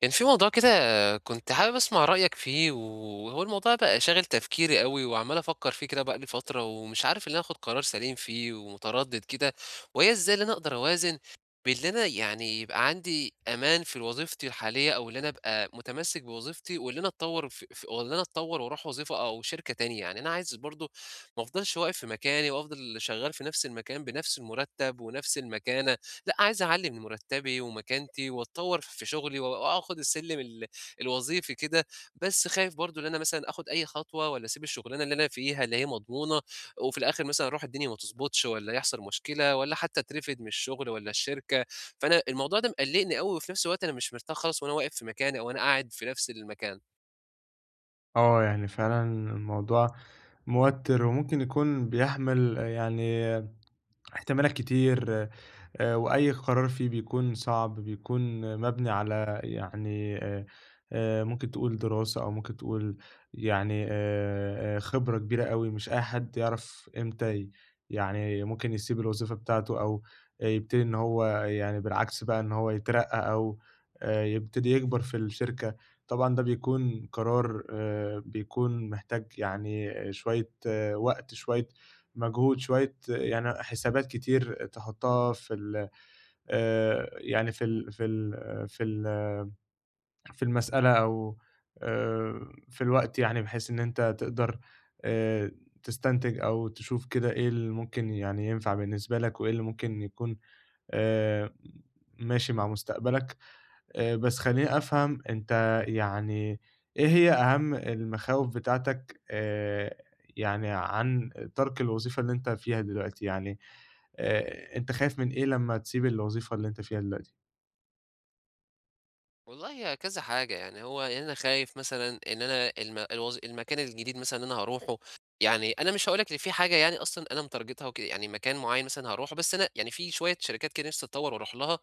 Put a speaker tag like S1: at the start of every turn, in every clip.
S1: كان في موضوع كده كنت حابب أسمع رأيك فيه، وهو الموضوع بقى شاغل تفكيري أوي، وعمّال أفكّر فيه كده بقى لي فترة، ومش عارف إن أنا آخُد قرار سليم فيه ومتردد كده، وهي إزاي اللي أنا أقدر أوازن بين اللي أنا يعني يبقى عندي أمان في وظيفتي الحالية، أو اللي أنا أبقى متمسّك بوظيفتي، واللي أنا أتطوّر وأروح وظيفة أو شركة تانية، يعني أنا عايز برضه ما أفضلش واقف في مكاني، وأفضل شغّال في نفس المكان بنفس المُرتّب ونفس المكانة. لأ، عايز أعلّي من مرتّبي ومكانتي وأتطوّر في شغلي و وآخُد السلِّم الوظيفي كده، بس خايف برضه إن أنا مثلًا آخُد أي خطوة والّا أسيب الشغلانة اللي أنا فيها اللي هي مضمونة وفي الآخِر مثلًا أروح الدنيا ما تضبطش والّا يحصل مشكلة والّا حتّى أترفد من الشغل والّا الشركة، فأنا الموضوع ده مقلّقني أوي وفي نفس الوقت أنا مش مرتاح خالص وأنا واقف في مكاني أو أنا قاعد في نفس المكان.
S2: يعني فعلًا الموضوع موتِّر وممكن يكون بيحمل يعني احتمالات كتير. وأي قرار فيه بيكون صعب، بيكون مبني على يعني ممكن تقول دراسة أو ممكن تقول يعني خبرة كبيرة أوي. مش أي حد يعرف إمتى يعني ممكن يسيب الوظيفة بتاعته أو يبتدي إن هو يعني بالعكس بقى إن هو يترقّى أو يبتدي يكبر في الشركة. طبعًا ده بيكون قرار، بيكون محتاج يعني شوية وقت، شوية مجهود، شوية يعني حسابات كتير تحطها في ال يعني في ال في المسألة، أو في الوقت، يعني بحيث إن أنت تقدر آآ، تستنتج أو تشوف كده إيه اللي ممكن يعني ينفع بالنسبة لك وإيه اللي ممكن يكون آآ، ماشي مع مستقبلك. بس خلّيني أفهم أنت يعني إيه هي أهم المخاوف بتاعتك، يعني عن ترك الوظيفة اللي أنت فيها دلوقتي؟ يعني أنت خايف من إيه لمّا تسيب الوظيفة اللي أنت فيها دلوقتي؟
S1: والله يا كذا حاجة، يعني هو يعني أنا خايف مثلًا إن أنا المكان الجديد مثلًا اللي أنا هاروحه، يعني أنا مش هاقول لك إن في حاجة يعني أصلًا أنا متارجتها وكده، يعني مكان معين مثلًا هاروحه، بس أنا يعني في شوية شركات كده نفسي أتطوّر وأروح لها،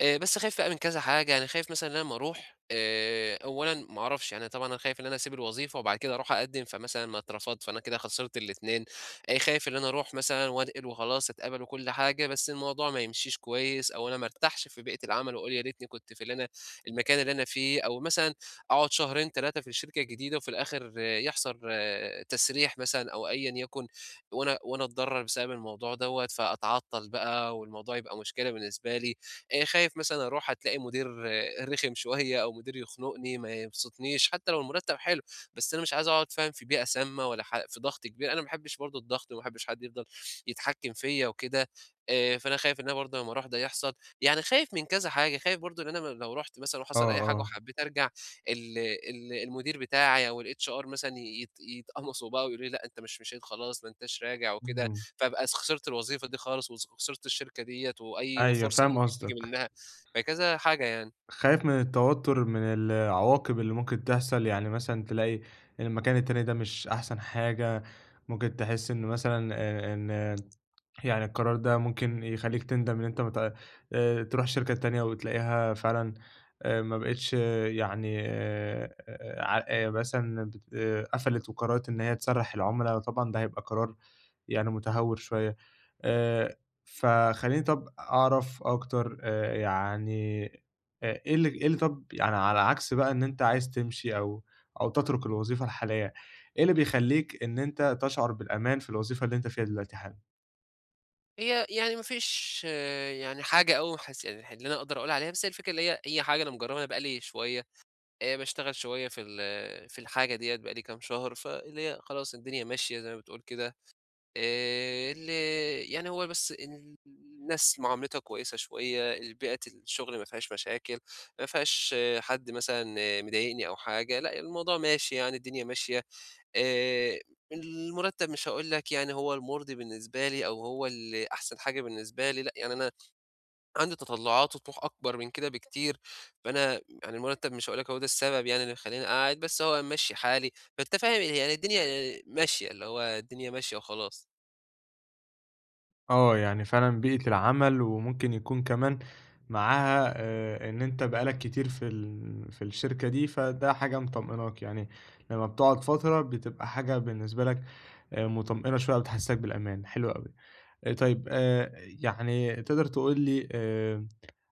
S1: بس خايف بقى من كذا حاجة، يعني خايف مثلًا إن أنا أمّا أروح أولًا ما أعرفش، يعني طبعًا أنا خايف إن أنا أسيب الوظيفة وبعد كده أروح أقدّم، فمثلًا ما أترفض، فأنا كده خسرت الاتنين، خايف إن أنا أروح مثلًا وانقل وخلاص أتقبل وكل حاجة، بس الموضوع ما يمشيش كويس أو أنا ما أرتاحش في بيئة العمل وأقول يا ريتني كنت في اللي أنا المكان اللي أنا فيه، أو مثلًا أقعد شهرين 3 في الشركة الجديدة وفي الآخر آه، يحصل آه، تسريح مثلًا أو أيًا يكن، وأنا أتضرر بسبب الموضوع دوّة، فأتعطل بقى والموضوع يبقى مشكلة بالنسبة لي، خايف مثلًا أروح هتلاقي مدير آه، رخم شوية أو مدير يخنقني، ما يبسطنيش، حتى لو المرتب حلو، بس أنا مش عايز أقعد فاهم في بيئة سامة ولا ح في ضغط كبير، أنا ما باحبش برضه الضغط وما باحبش حد يفضل يتحكم فيّا وكده، فأنا خايف إن أنا برضه لمّا أروح ده يحصل يعني خايف من كذا حاجة، خايف برضه إن أنا لو رُحت مثلًا وحصل
S2: آه،
S1: أي حاجة
S2: آه.
S1: وحبيت أرجع ال ال المدير بتاعي أو الHR مثلًا يتقمصوا بقى ويقولوا لي لأ أنت مش مشيت خلاص، ما أنتاش راجع وكده،
S2: اهم.
S1: فابقى خسرت الوظيفة دي خالص وس خسرت الشركة ديّة وأي
S2: أيوه
S1: فرصة
S2: فاهم
S1: ممكن تيجي
S2: قصدك.
S1: منها، فكذا حاجة يعني.
S2: خايف من التوتر من العواقب اللي ممكن تحصل، يعني مثلًا تلاقي إن المكان التاني ده مش أحسن حاجة، ممكن تحس إن مثلًا إن يعني القرار ده ممكن يخلّيك تندم إن أنت ما ت تروح شركة تانية وتلاقيها فعلًا ما بقِتش، آه، يعني ع مثلًا بت آه، قفلت وقررت إن هي تسرّح العُملا، طبعًا ده هيبقى قرار يعني متهور شوية. آآ فخلّيني طَب أعرف أكتر، يعني إيه اللي طَب يعني على عكس بقى إن أنت عايز تمشي أو أو تترك الوظيفة الحالية، إيه اللي بيخلّيك إن أنت تشعر بالأمان في الوظيفة اللي أنت فيها دلوقتي حالًا؟
S1: هي يعني ما فيش يعني حاجة أوي حس يعني اللي أنا أقدر أقول عليها، بس هي الفكرة اللي هي حاجة أنا مجربها بقى لي شوية، باشتغل شوية في الحاجة ديّة بقى لي كام شهر، فاللي هي خلاص الدنيا ماشية زي ما بتقول كده. ال يعني هو بس الناس معاملتها كويسة شوية، بيئة الشغل ما فيهاش مشاكل، ما فيهاش آه، حد مثلًا آه، مضايقني أو حاجة، لأ الموضوع ماشي يعني الدنيا ماشية، آآ المرتب مش هاقول لك يعني هو المُرضي بالنسبة لي أو هو اللي أحسن حاجة بالنسبة لي، لأ يعني أنا عندي تطلعات وطموح أكبر من كده بكتير، فأنا يعني المرتب مش هاقول لك هو ده السبب يعني اللي مخلّيني قاعد، بس هو ممشّي حالي، فأنت فاهم يعني الدنيا ماشية، اللي هو الدنيا ماشية وخلاص.
S2: آه، يعني فعلًا بيئة العمل، وممكن يكون كمان معاها إن أنت بقى لك كتير في في الشركة دي، فده حاجة مطمئناك. يعني لمّا بتقعد فترة بتبقى حاجة بالنسبة لك مطمئنة شوية، بتحسّسك بالأمان، حلو أوي. طيب يعني تقدر تقول لي،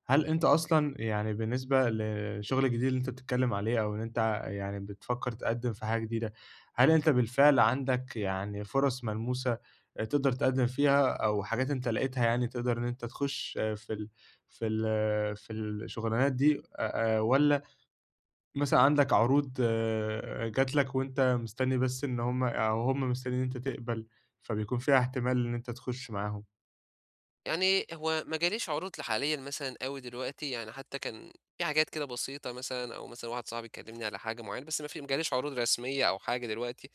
S2: هل أنت أصلًا يعني بالنسبة للشغل الجديد اللي أنت بتتكلم عليه، أو إن أنت يعني بتفكّر تقدّم في حاجة جديدة، هل أنت بالفعل عندك يعني فرص ملموسة تقدر تقدّم فيها، أو حاجات أنت لقيتها يعني تقدر إن أنت تخش في ال في ال في الشغلانات دي، والّا مثلًا عندك عروض جات لك وأنت مستني بس إن هم، أو هم مستنيين إن أنت تقبل، فبيكون فيها احتمال إن أنت تخش معاهم؟
S1: يعني هو ما جاليش عروض حاليًا مثلًا أوي دلوقتي، يعني حتى كان في حاجات كده بسيطة مثلًا أو مثلًا واحد صاحبي كلّمني على حاجة معيّنة، بس ما جاليش عروض رسمية أو حاجة دلوقتي.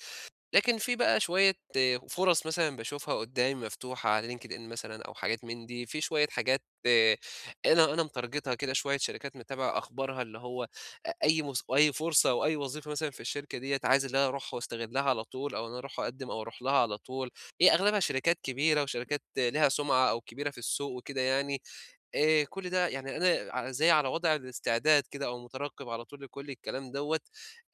S1: لكن في بقى شوية فرص مثلًا باشوفها قدّامي مفتوحة على LinkedIn مثلًا أو حاجات من دي، في شوية حاجات أنا متارجتها كده، شوية شركات متابع أخبارها، اللي هو أ أي مس أي فرصة أو أي وظيفة مثلًا في الشركة ديّة، عايز اللي أنا أروح واستغلها على طول، أو إن أنا أروح أقدّم أو أروح لها على طول، هي أغلبها شركات كبيرة وشركات ليها سُمعة أو كبيرة في السوق وكده يعني. كل ده يعني أنا ع زي على وضع الاستعداد كده أو مترقِّب على طول لكل الكلام دوّة،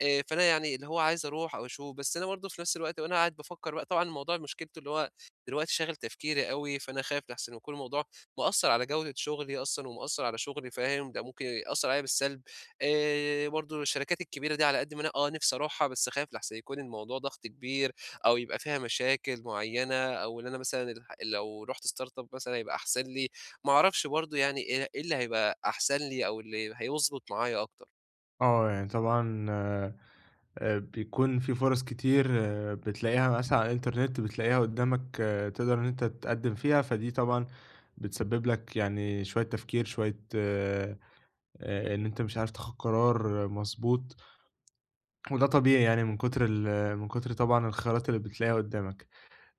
S1: فأنا يعني اللي هو عايز أروح أو أشوف، بس أنا برضه في نفس الوقت وأنا قاعد بافكّر بقى طبعًا الموضوع مشكلته اللي هو دلوقتي شاغل تفكيري أوي، فأنا خايف لأحسن يكون الموضوع مأثّر على جودة شغلي أصلًا ومأثّر على شغلي فاهم، ده ممكن يأثّر عليّا بالسلب، برضه الشركات الكبيرة دي على قد ما أنا آه نِفْسي أروحها، بس خايف لأحسن يكون الموضوع ضغط كبير أو يبقى فيها مشاكل معيّنة أو إن أنا مثلًا لو رُحت startup مثلًا هيبقى أحسن لي، ما أعرفش برضه يعني إيه اللي هيبقى أحسن لي أو اللي هيضبط معايا أكتر.
S2: آه، يعني طبعًا بيكون في فرص كتير بتلاقيها مثلًا على الإنترنت، بتلاقيها قدّامك، تقدر إن أنت تقدّم فيها. فدي طبعًا بتسبب لك يعني شوية تفكير، شوية إن أنت مش عارف تاخد قرار مضبوط، وده طبيعي يعني من كتر طبعًا الخيارات اللي بتلاقيها قدّامك.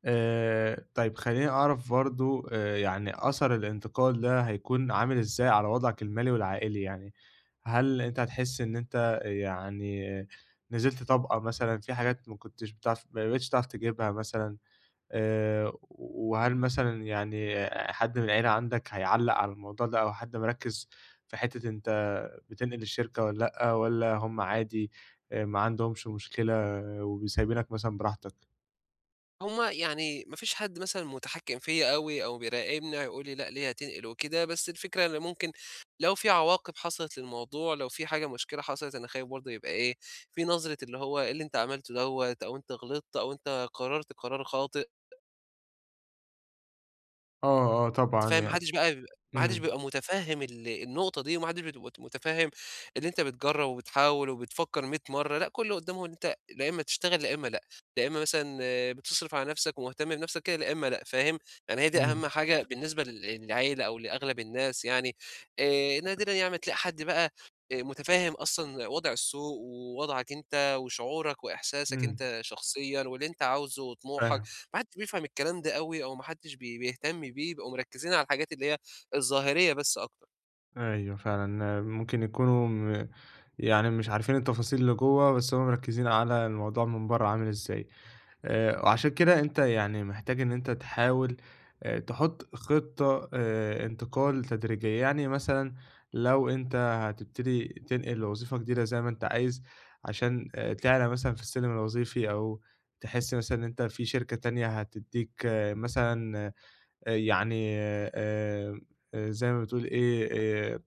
S2: طيب خلّيني أعرف برضه، يعني أثر الانتقال ده هيكون عامل إزاي على وضعك المالي والعائلي يعني؟ هل أنت هتحس إن أنت يعني نزلت طبقة مثلًا، في حاجات ما كنتش بتعرف ما بقيتش تعرف تجيبها مثلًا؟ وهل مثلًا يعني حد من العيلة عندك هيعلّق على الموضوع ده، أو حد مركّز في حتّة أنت بتنقل الشركة والّا لأ، والّا هم عادي ما عندهمش مشكلة وسايبينك مثلًا براحتك؟
S1: هم يعني ما فيش حد مثلًا متحكم فيّا أوي أو بيراقبني هيقول لي لأ ليه هتنقل وكده، بس الفكرة إن ممكن لو في عواقب حصلت للموضوع، لو في حاجة مشكلة حصلت أنا خايف برضه يبقى إيه، في نظرة اللي هو إيه اللي أنت عملته دوّة أو أنت غلطت أو أنت قررت قرار خاطئ.
S2: آه، آه
S1: أنت فاهم،
S2: طبعًا.
S1: ما حدش
S2: إمم.
S1: بيبقى متفهم النقطة دي، وما حدش بيبقى متفهم اللي أنت بتجرب وبتحاول وبتفكر 100 مرة، لأ كل اللي قدامهم إن أنت لا إما تشتغل، لا إما لأ، لا إما مثلًا آه، بتصرف على نفسك ومهتم بنفسك كده، لا إما لأ، فاهم؟ يعني هي دي
S2: إمم.
S1: أهم حاجة بالنسبة للعيلة أو لأغلب الناس يعني، نادرًا يعني ما تلاقي حد بقى متفهم أصلًا وضع السوق ووضعك أنت وشعورك وإحساسك
S2: إمم،
S1: أنت شخصيًا واللي أنت عاوزه وطموحك.
S2: فاهم.
S1: ما حدش بيفهم الكلام ده أوي أو ما حدش بيهتم بيه، بيبقوا مركّزين على الحاجات اللي هي الظاهرية بس أكتر.
S2: أيوه فعلًا ممكن يكونوا يعني مش عارفين التفاصيل اللي جوّه، بس هُم مركّزين على الموضوع من برّه عامل إزاي. وعشان كده أنت يعني محتاج إن أنت تحاول تحط خطة انتقال تدريجية. يعني مثلًا لو أنت هتبتدي تنقل لوظيفة جديدة زي ما أنت عايز، عشان تعلى مثلًا في السلم الوظيفي، أو تحس مثلًا إن أنت في شركة تانية هتدّيك مثلًا آآ يعني آآ زي ما بتقول إيه، آآ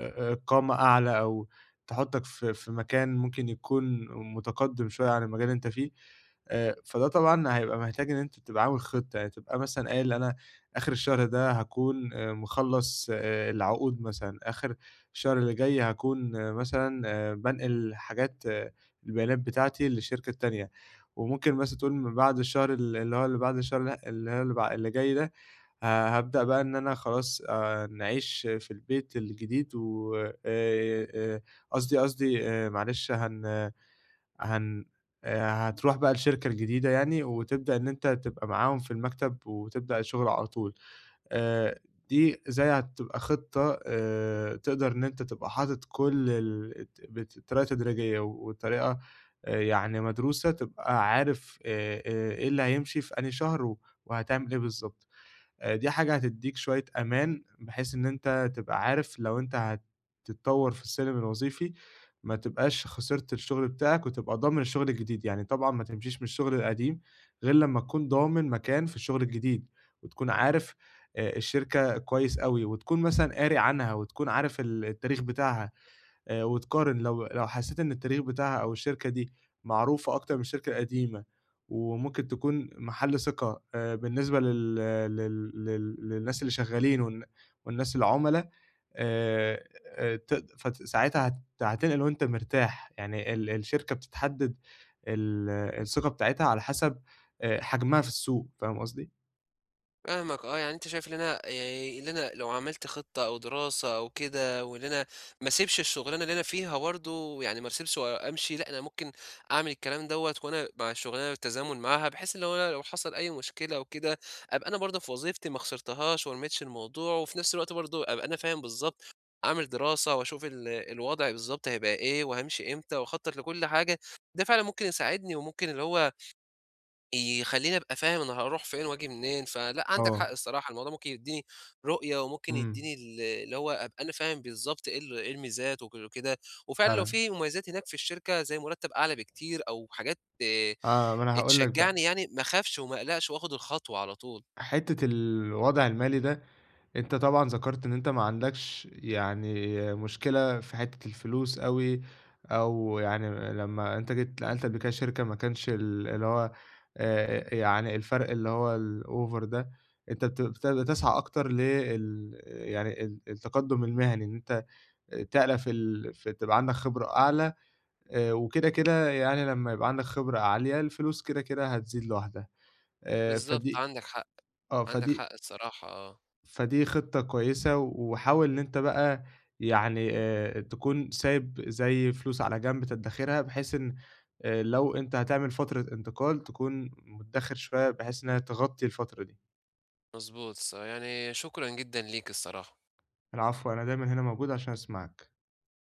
S2: قامة أعلى، أو تحُطّك في مكان ممكن يكون متقدِّم شوية عن المجال اللي أنت فيه. فده طبعًا هيبقى محتاج إن أنت تبقى عامل خطة، يعني تبقى مثلًا قايل أنا آخِر الشهر ده هاكون مخلّص العقود مثلًا، آخِر الشهر اللي جاي هاكون مثلًا بانقل حاجات، البيانات بتاعتي لشركة تانية، وممكن مثلًا تقول من بعد الشهر ال اللي هو اللي بعد الشهر لأ، اللي هو اللي بع اللي جاي ده ه هابدأ بقى إن أنا خلاص نعيش في البيت الجديد و آآ قصدي قصدي معلش هن هن هتروح بقى الشركة الجديدة يعني، وتبدأ إن أنت تبقى معاهم في المكتب وتبدأ الشغل على طول. آآ دي زي هتبقى خطة تقدر إن أنت تبقى حاطط كل ال الت بت بطريقة تدريجية وطريقة يعني مدروسة، تبقى عارف إيه اللي هيمشي في أنهي شهر وهتعمل إيه بالضبط. دي حاجة هتدّيك شوية أمان، بحيث إن أنت تبقى عارف لو أنت هتتطوّر في السلم الوظيفي، ما تبقاش خسرت الشغل بتاعك وتبقى ضامن الشغل الجديد. يعني طبعًا ما تمشيش من الشغل القديم غير لمّا تكون ضامن مكان في الشغل الجديد، وتكون عارف الشركة كويس أوي، وتكون مثلًا قاري عنها، وتكون عارف التاريخ بتاعها. وتقارن، لو حسّيت إن التاريخ بتاعها أو الشركة دي معروفة أكتر من الشركة القديمة، وممكن تكون محل ثقة، بالنسبة لل لل لل للناس اللي شغّالين والناس العُملا، ت فت ساعتها هتنقل وأنت مرتاح. يعني الشركة بتتحدّد الثقة بتاعتها على حسب حجمها في السوق، فاهم قصدي؟
S1: فاهمك آه، يعني أنت شايف إن أنا إن أنا لو عملت خطة أو دراسة أو كده، وإن أنا ما اسيبش الشغلانة اللي أنا فيها برضه، يعني ما اسيبش وأمشي، لأ أنا ممكن أعمل الكلام دوّة وأنا مع الشغلانة بالتزامن معاها، بحيث اللي هو أنا لو حصل أي مشكلة أو كده، أبقى أنا برضه في وظيفتي ما خسرتهاش وما رميتش الموضوع، وفي نفس الوقت برضه أبقى أنا فاهم بالضبط، أعمل دراسة وأشوف الوضع بالضبط هيبقى إيه، وهامشي إمتى وأخطط لكل حاجة، ده فعلًا ممكن يساعدني وممكن اللي هو يخلّيني أبقى فاهم أنا هاروح فين وآجي منين، فلأ عندك
S2: آه،
S1: حق الصراحة، الموضوع ممكن يدّيني رؤية وممكن
S2: إمم،
S1: يدّيني اللي هو أبقى أنا فاهم بالضبط إيه الميزات وكده، وفعلًا لو
S2: فعلًا.
S1: في مميزات هناك في الشركة زي مرتب أعلى بكتير أو حاجات
S2: آه، ما أنا هاقول لك بقى.
S1: تشجّعني يعني ما أخافش وما أقلقش وآخد الخطوة على طول.
S2: حتّة الوضع المالي ده، أنت طبعًا ذكرت إن أنت ما عندكش يعني مشكلة في حتّة الفلوس أوي، أو يعني لمّا أنت جيت نقلت قبل كده شركة ما كانش ال اللي هو يعني الفرق اللي هو الأوفر ده، أنت بت بت بتسعى أكتر لل يعني التقدُّم المهني، إن أنت تعلى في ال في تبقى عندك خبرة أعلى. وكده كده يعني لمّا يبقى عندك خبرة عالية، الفلوس كده كده هتزيد لوحدها.
S1: بالضبط،
S2: فدي
S1: عندك حق،
S2: آه،
S1: عندك
S2: فدي
S1: حق الصراحة آه،
S2: فدي خطة كويسة. وحاول إن أنت بقى يعني تكون سايب زي فلوس على جنب تدّخرها، بحيث إن لو أنت هتعمل فترة انتقال تكون مدّخر شوية، بحيث إنها تغطي الفترة دي.
S1: مضبوط يعني شكرًا جدًا ليك الصراحة.
S2: العفو، أنا دايمًا هنا موجود عشان أسمعك.